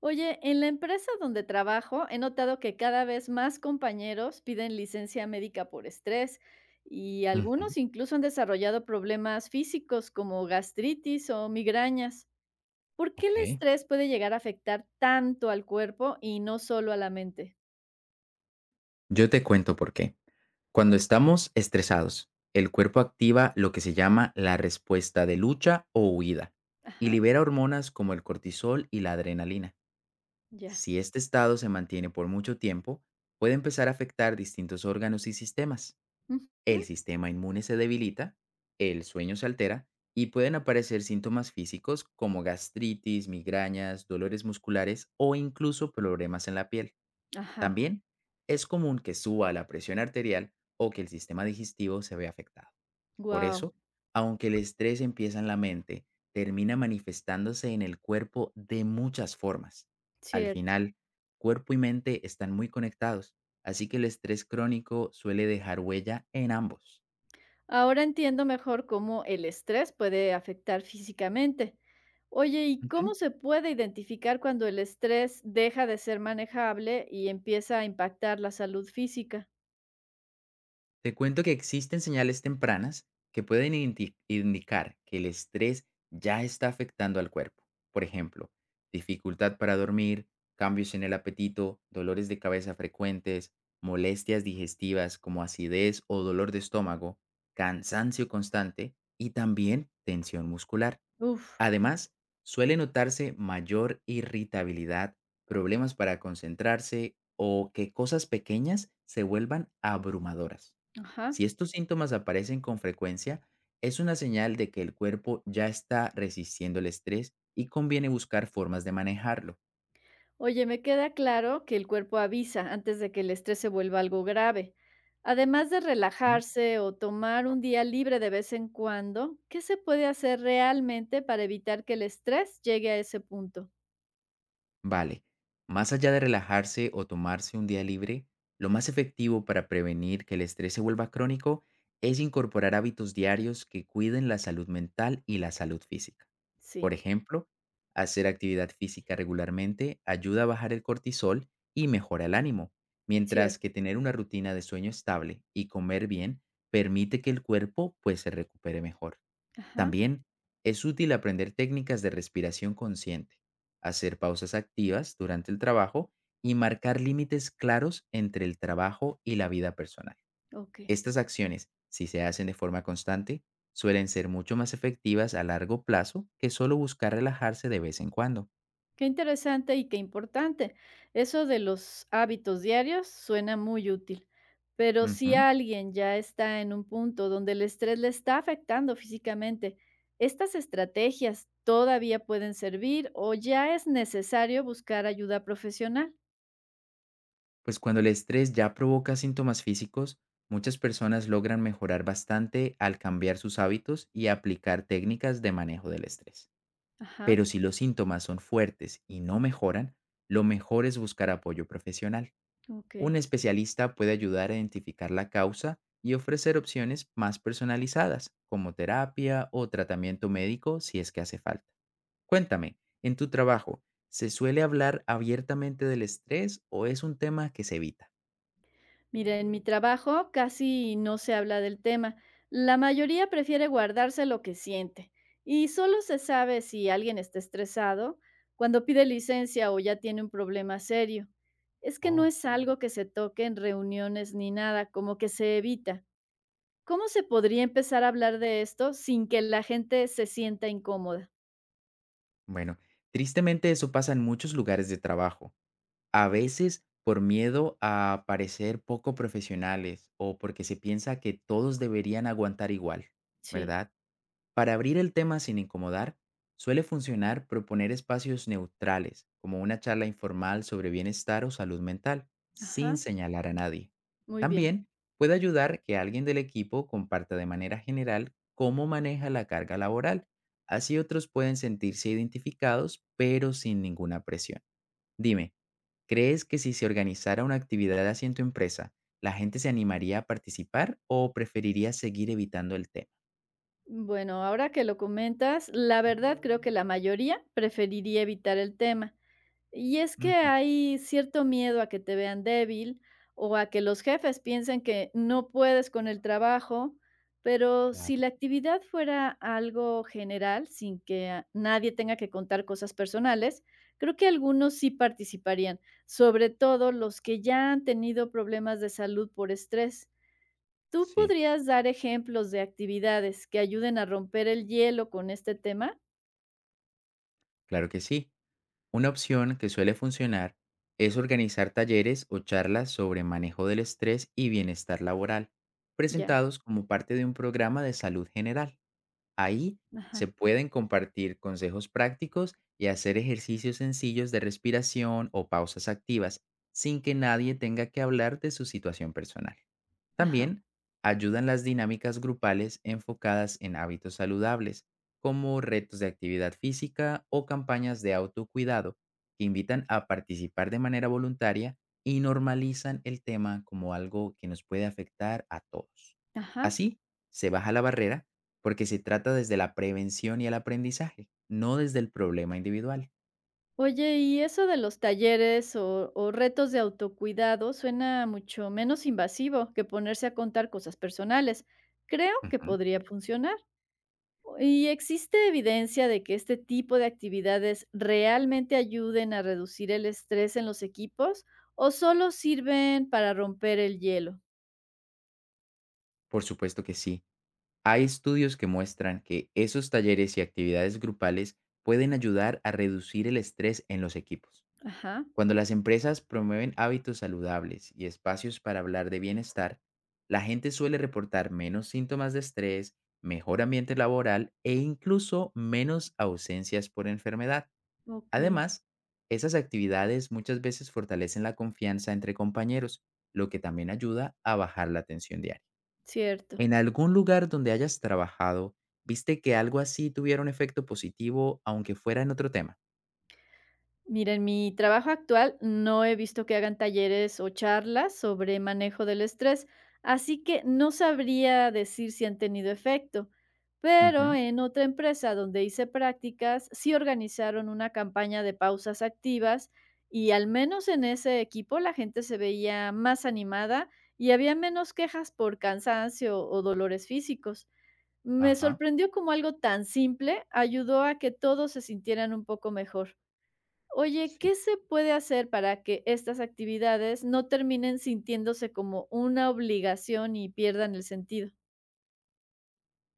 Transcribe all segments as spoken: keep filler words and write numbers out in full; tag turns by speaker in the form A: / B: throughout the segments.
A: Oye, en la empresa donde trabajo he notado que cada vez más compañeros piden licencia médica por estrés y
B: Ujú,
A: algunos incluso han desarrollado problemas físicos como gastritis o migrañas. ¿Por qué el
B: okey.
A: estrés puede llegar a afectar tanto al cuerpo y no solo a la mente?
B: Yo te cuento por qué. Cuando estamos estresados, el cuerpo activa lo que se llama la respuesta de lucha o huida y
A: Ajá,
B: libera hormonas como el cortisol y la adrenalina.
A: ya.
B: Si este estado se mantiene por mucho tiempo, puede empezar a afectar distintos órganos y sistemas.
A: Ujú.
B: El sistema inmune se debilita, el sueño se altera y pueden aparecer síntomas físicos como gastritis, migrañas, dolores musculares o incluso problemas en la piel.
A: Ajá.
B: También es común que suba la presión arterial o que el sistema digestivo se vea afectado. Por
A: Wow.
B: eso, aunque el estrés empieza en la mente, termina manifestándose en el cuerpo de muchas formas. Al
A: Cierto.
B: final, cuerpo y mente están muy conectados, así que el estrés crónico suele dejar huella en ambos.
A: Ahora entiendo mejor cómo el estrés puede afectar físicamente. Oye, ¿y
B: Ujú.
A: cómo se puede identificar cuando el estrés deja de ser manejable y empieza a impactar la salud física?
B: Te cuento que existen señales tempranas que pueden identi- indicar que el estrés ya está afectando al cuerpo. Por ejemplo, dificultad para dormir, cambios en el apetito, dolores de cabeza frecuentes, molestias digestivas como acidez o dolor de estómago, cansancio constante y también tensión muscular.
A: Uf.
B: Además, suele notarse mayor irritabilidad, problemas para concentrarse o que cosas pequeñas se vuelvan abrumadoras.
A: Ajá.
B: Si estos síntomas aparecen con frecuencia, es una señal de que el cuerpo ya está resistiendo el estrés y conviene buscar formas de manejarlo.
A: Oye, me queda claro que el cuerpo avisa antes de que el estrés se vuelva algo grave. Además de relajarse o tomar un día libre de vez en cuando, ¿qué se puede hacer realmente para evitar que el estrés llegue a ese punto?
B: Vale, más allá de relajarse o tomarse un día libre, lo más efectivo para prevenir que el estrés se vuelva crónico es incorporar hábitos diarios que cuiden la salud mental y la salud física. Por
A: Sí,
B: ejemplo, hacer actividad física regularmente ayuda a bajar el cortisol y mejora el ánimo, mientras que
A: cierto.
B: tener una rutina de sueño estable y comer bien permite que el cuerpo pues se recupere mejor.
A: Ajá,
B: También es útil aprender técnicas de respiración consciente, hacer pausas activas durante el trabajo y marcar límites claros entre el trabajo y la vida personal.
A: ok.
B: Estas acciones, si se hacen de forma constante, suelen ser mucho más efectivas a largo plazo que solo buscar relajarse de vez en cuando.
A: Qué interesante y qué importante. Eso de los hábitos diarios suena muy útil, pero
B: Ujú.
A: si alguien ya está en un punto donde el estrés le está afectando físicamente, ¿estas estrategias todavía pueden servir o ya es necesario buscar ayuda profesional?
B: Pues cuando el estrés ya provoca síntomas físicos, muchas personas logran mejorar bastante al cambiar sus hábitos y aplicar técnicas de manejo del estrés. Pero
A: Ajá,
B: si los síntomas son fuertes y no mejoran, lo mejor es buscar apoyo profesional.
A: ok.
B: Un especialista puede ayudar a identificar la causa y ofrecer opciones más personalizadas, como terapia o tratamiento médico si es que hace falta. Cuéntame, en tu trabajo, ¿se suele hablar abiertamente del estrés o es un tema que se evita?
A: Mira, en mi trabajo casi no se habla del tema. La mayoría prefiere guardarse lo que siente y solo se sabe si alguien está estresado cuando pide licencia o ya tiene un problema serio. Es que no
B: Oh.
A: es algo que se toque en reuniones ni nada, como que se evita. ¿Cómo se podría empezar a hablar de esto sin que la gente se sienta incómoda?
B: Bueno, tristemente eso pasa en muchos lugares de trabajo. A veces por miedo a parecer poco profesionales o porque se piensa que todos deberían aguantar igual,
A: Sí,
B: ¿verdad? Para abrir el tema sin incomodar, suele funcionar proponer espacios neutrales, como una charla informal sobre bienestar o salud mental, sin
A: ajá,
B: señalar a nadie.
A: muy bien.
B: También puede ayudar que alguien del equipo comparta de manera general cómo maneja la carga laboral. Así otros pueden sentirse identificados, pero sin ninguna presión. Dime, ¿crees que si se organizara una actividad así en tu empresa, la gente se animaría a participar o preferiría seguir evitando el tema?
A: Bueno, ahora que lo comentas, la verdad creo que la mayoría preferiría evitar el tema. Y es que
B: Ujú,
A: hay cierto miedo a que te vean débil o a que los jefes piensen que no puedes con el trabajo, pero si
B: claro.
A: la actividad fuera algo general, sin que a- nadie tenga que contar cosas personales, creo que algunos sí participarían, sobre todo los que ya han tenido problemas de salud por estrés. ¿Tú
B: Sí,
A: podrías dar ejemplos de actividades que ayuden a romper el hielo con este tema?
B: claro que sí. Una opción que suele funcionar es organizar talleres o charlas sobre manejo del estrés y bienestar laboral,
A: Ya,
B: presentados como parte de un programa de salud general. Ahí se
A: ajá,
B: pueden compartir consejos prácticos y hacer ejercicios sencillos de respiración o pausas activas, sin que nadie tenga que hablar de su situación personal.
A: ajá,
B: También ayudan las dinámicas grupales enfocadas en hábitos saludables, como retos de actividad física o campañas de autocuidado, que invitan a participar de manera voluntaria y normalizan el tema como algo que nos puede afectar a todos.
A: ajá.
B: Así, se baja la barrera porque se trata desde la prevención y el aprendizaje, no desde el problema individual.
A: Oye, y eso de los talleres o, o retos de autocuidado suena mucho menos invasivo que ponerse a contar cosas personales. Creo que
B: Ujú.
A: podría funcionar. ¿Y existe evidencia de que este tipo de actividades realmente ayuden a reducir el estrés en los equipos o solo sirven para romper el hielo?
B: Por supuesto que sí. Hay estudios que muestran que esos talleres y actividades grupales pueden ayudar a reducir el estrés en los equipos.
A: Ajá,
B: Cuando las empresas promueven hábitos saludables y espacios para hablar de bienestar, la gente suele reportar menos síntomas de estrés, mejor ambiente laboral e incluso menos ausencias por enfermedad.
A: ok,
B: Además, esas actividades muchas veces fortalecen la confianza entre compañeros, lo que también ayuda a bajar la tensión diaria.
A: cierto.
B: ¿En algún lugar donde hayas trabajado, viste que algo así tuviera un efecto positivo, aunque fuera en otro tema?
A: Mira, en mi trabajo actual no he visto que hagan talleres o charlas sobre manejo del estrés, así que no sabría decir si han tenido efecto. Pero
B: Ujú,
A: en otra empresa donde hice prácticas, sí organizaron una campaña de pausas activas y al menos en ese equipo la gente se veía más animada y había menos quejas por cansancio o dolores físicos. Me
B: ajá,
A: sorprendió cómo algo tan simple ayudó a que todos se sintieran un poco mejor. Oye,
B: sí.
A: ¿qué se puede hacer para que estas actividades no terminen sintiéndose como una obligación y pierdan el sentido?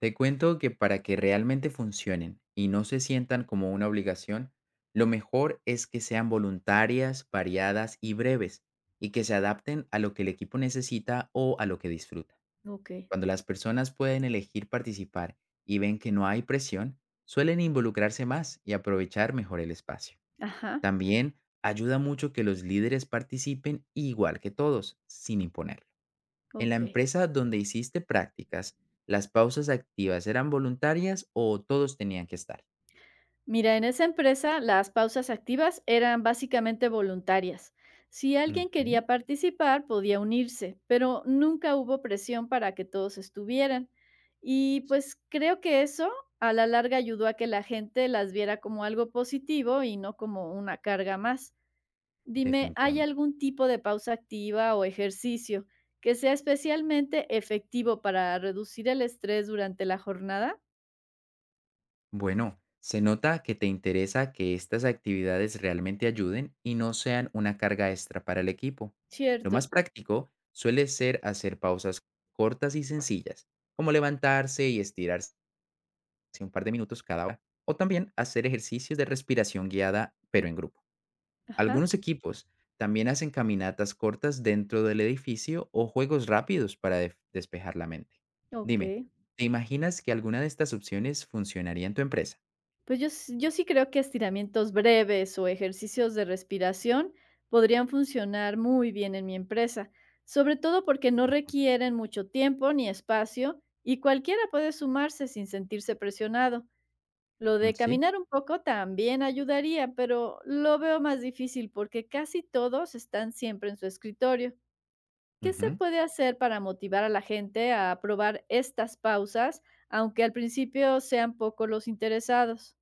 B: Te cuento que para que realmente funcionen y no se sientan como una obligación, lo mejor es que sean voluntarias, variadas y breves, y que se adapten a lo que el equipo necesita o a lo que disfruta.
A: Ok,
B: Cuando las personas pueden elegir participar y ven que no hay presión, suelen involucrarse más y aprovechar mejor el espacio.
A: ajá,
B: También ayuda mucho que los líderes participen igual que todos, sin imponerlo. En la
A: ok.
B: empresa donde hiciste prácticas, ¿las pausas activas eran voluntarias o todos tenían que estar?
A: Mira, en esa empresa las pausas activas eran básicamente voluntarias. Si alguien
B: Ujú,
A: quería participar, podía unirse, pero nunca hubo presión para que todos estuvieran. Y pues creo que eso a la larga ayudó a que la gente las viera como algo positivo y no como una carga más. Dime, ¿hay
B: definitivamente.
A: algún tipo de pausa activa o ejercicio que sea especialmente efectivo para reducir el estrés durante la jornada?
B: Bueno, se nota que te interesa que estas actividades realmente ayuden y no sean una carga extra para el equipo. Lo más
A: Cierto.
B: práctico suele ser hacer pausas cortas y sencillas, como levantarse y estirarse un par de minutos cada hora, o también hacer ejercicios de respiración guiada, pero en grupo.
A: Ajá.
B: Algunos equipos también hacen caminatas cortas dentro del edificio o juegos rápidos para def- despejar la mente.
A: Ok.
B: Dime, ¿te imaginas que alguna de estas opciones funcionaría en tu empresa?
A: Pues yo, s- yo sí creo que estiramientos breves o ejercicios de respiración podrían funcionar muy bien en mi empresa, sobre todo porque no requieren mucho tiempo ni espacio y cualquiera puede sumarse sin sentirse presionado. Lo
B: Mm,
A: de
B: sí,
A: caminar un poco también ayudaría, pero lo veo más difícil porque casi todos están siempre en su escritorio. ¿Qué se
B: ujú.
A: puede hacer para motivar a la gente a probar estas pausas, aunque al principio sean pocos los interesados?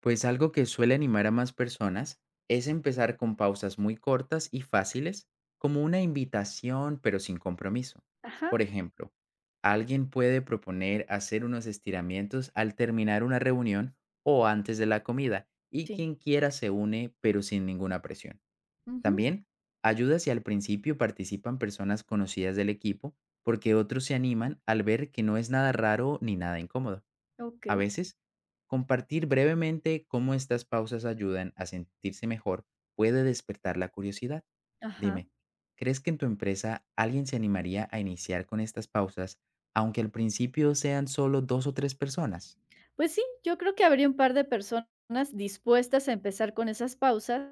B: Pues algo que suele animar a más personas es empezar con pausas muy cortas y fáciles, como una invitación pero sin compromiso.
A: Ajá,
B: Por ejemplo, alguien puede proponer hacer unos estiramientos al terminar una reunión o antes de la comida, y
A: sí,
B: quien quiera se une pero sin ninguna presión.
A: ujú,
B: También ayuda si al principio participan personas conocidas del equipo, porque otros se animan al ver que no es nada raro ni nada incómodo.
A: ok.
B: A veces, compartir brevemente cómo estas pausas ayudan a sentirse mejor puede despertar la curiosidad.
A: Ajá.
B: Dime, ¿crees que en tu empresa alguien se animaría a iniciar con estas pausas, aunque al principio sean solo dos o tres personas?
A: Pues sí, yo creo que habría un par de personas dispuestas a empezar con esas pausas,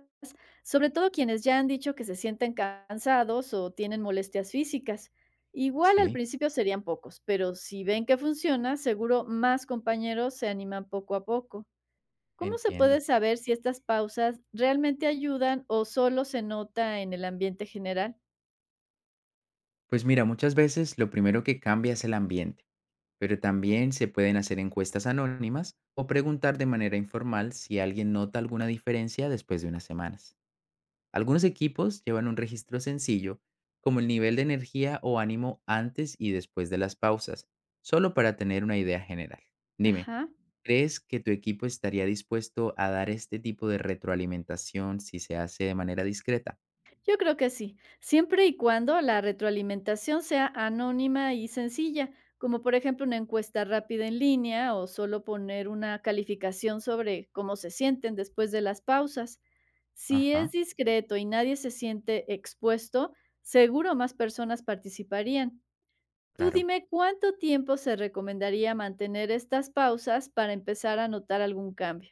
A: sobre todo quienes ya han dicho que se sienten cansados o tienen molestias físicas. Igual al
B: Sí,
A: principio serían pocos, pero si ven que funciona, seguro más compañeros se animan poco a poco. ¿Cómo se
B: entiendo.
A: puede saber si estas pausas realmente ayudan o solo se nota en el ambiente general?
B: Pues mira, muchas veces lo primero que cambia es el ambiente, pero también se pueden hacer encuestas anónimas o preguntar de manera informal si alguien nota alguna diferencia después de unas semanas. Algunos equipos llevan un registro sencillo, como el nivel de energía o ánimo antes y después de las pausas, solo para tener una idea general. Dime,
A: Ajá.
B: ¿crees que tu equipo estaría dispuesto a dar este tipo de retroalimentación si se hace de manera discreta?
A: Yo creo que sí, siempre y cuando la retroalimentación sea anónima y sencilla, como por ejemplo una encuesta rápida en línea o solo poner una calificación sobre cómo se sienten después de las pausas. Si es
B: Ajá,
A: discreto y nadie se siente expuesto, seguro más personas participarían. Tú
B: claro.
A: dime cuánto tiempo se recomendaría mantener estas pausas para empezar a notar algún cambio.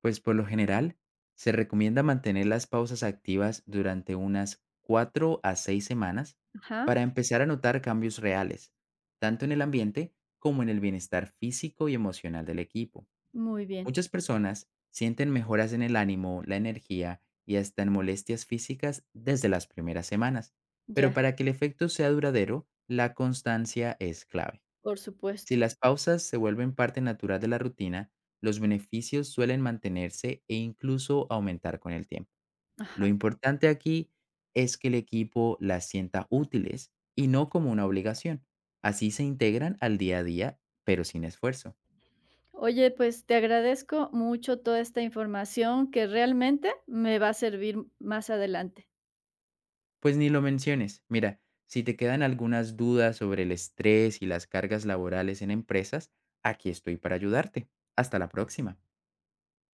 B: Pues por lo general, se recomienda mantener las pausas activas durante unas cuatro a seis semanas
A: Ajá,
B: para empezar a notar cambios reales, tanto en el ambiente como en el bienestar físico y emocional del equipo.
A: muy bien,
B: Muchas personas sienten mejoras en el ánimo, la energía y hasta en molestias físicas desde las primeras semanas, pero
A: ya,
B: para que el efecto sea duradero, la constancia es clave.
A: por
B: Si
A: supuesto.
B: las pausas se vuelven parte natural de la rutina, los beneficios suelen mantenerse e incluso aumentar con el tiempo. Lo
A: Ajá.
B: importante aquí es que el equipo las sienta útiles y no como una obligación. Así se integran al día a día, pero sin esfuerzo.
A: Oye, pues te agradezco mucho toda esta información que realmente me va a servir más adelante.
B: Pues ni lo menciones. Mira, si te quedan algunas dudas sobre el estrés y las cargas laborales en empresas, aquí estoy para ayudarte. Hasta la próxima.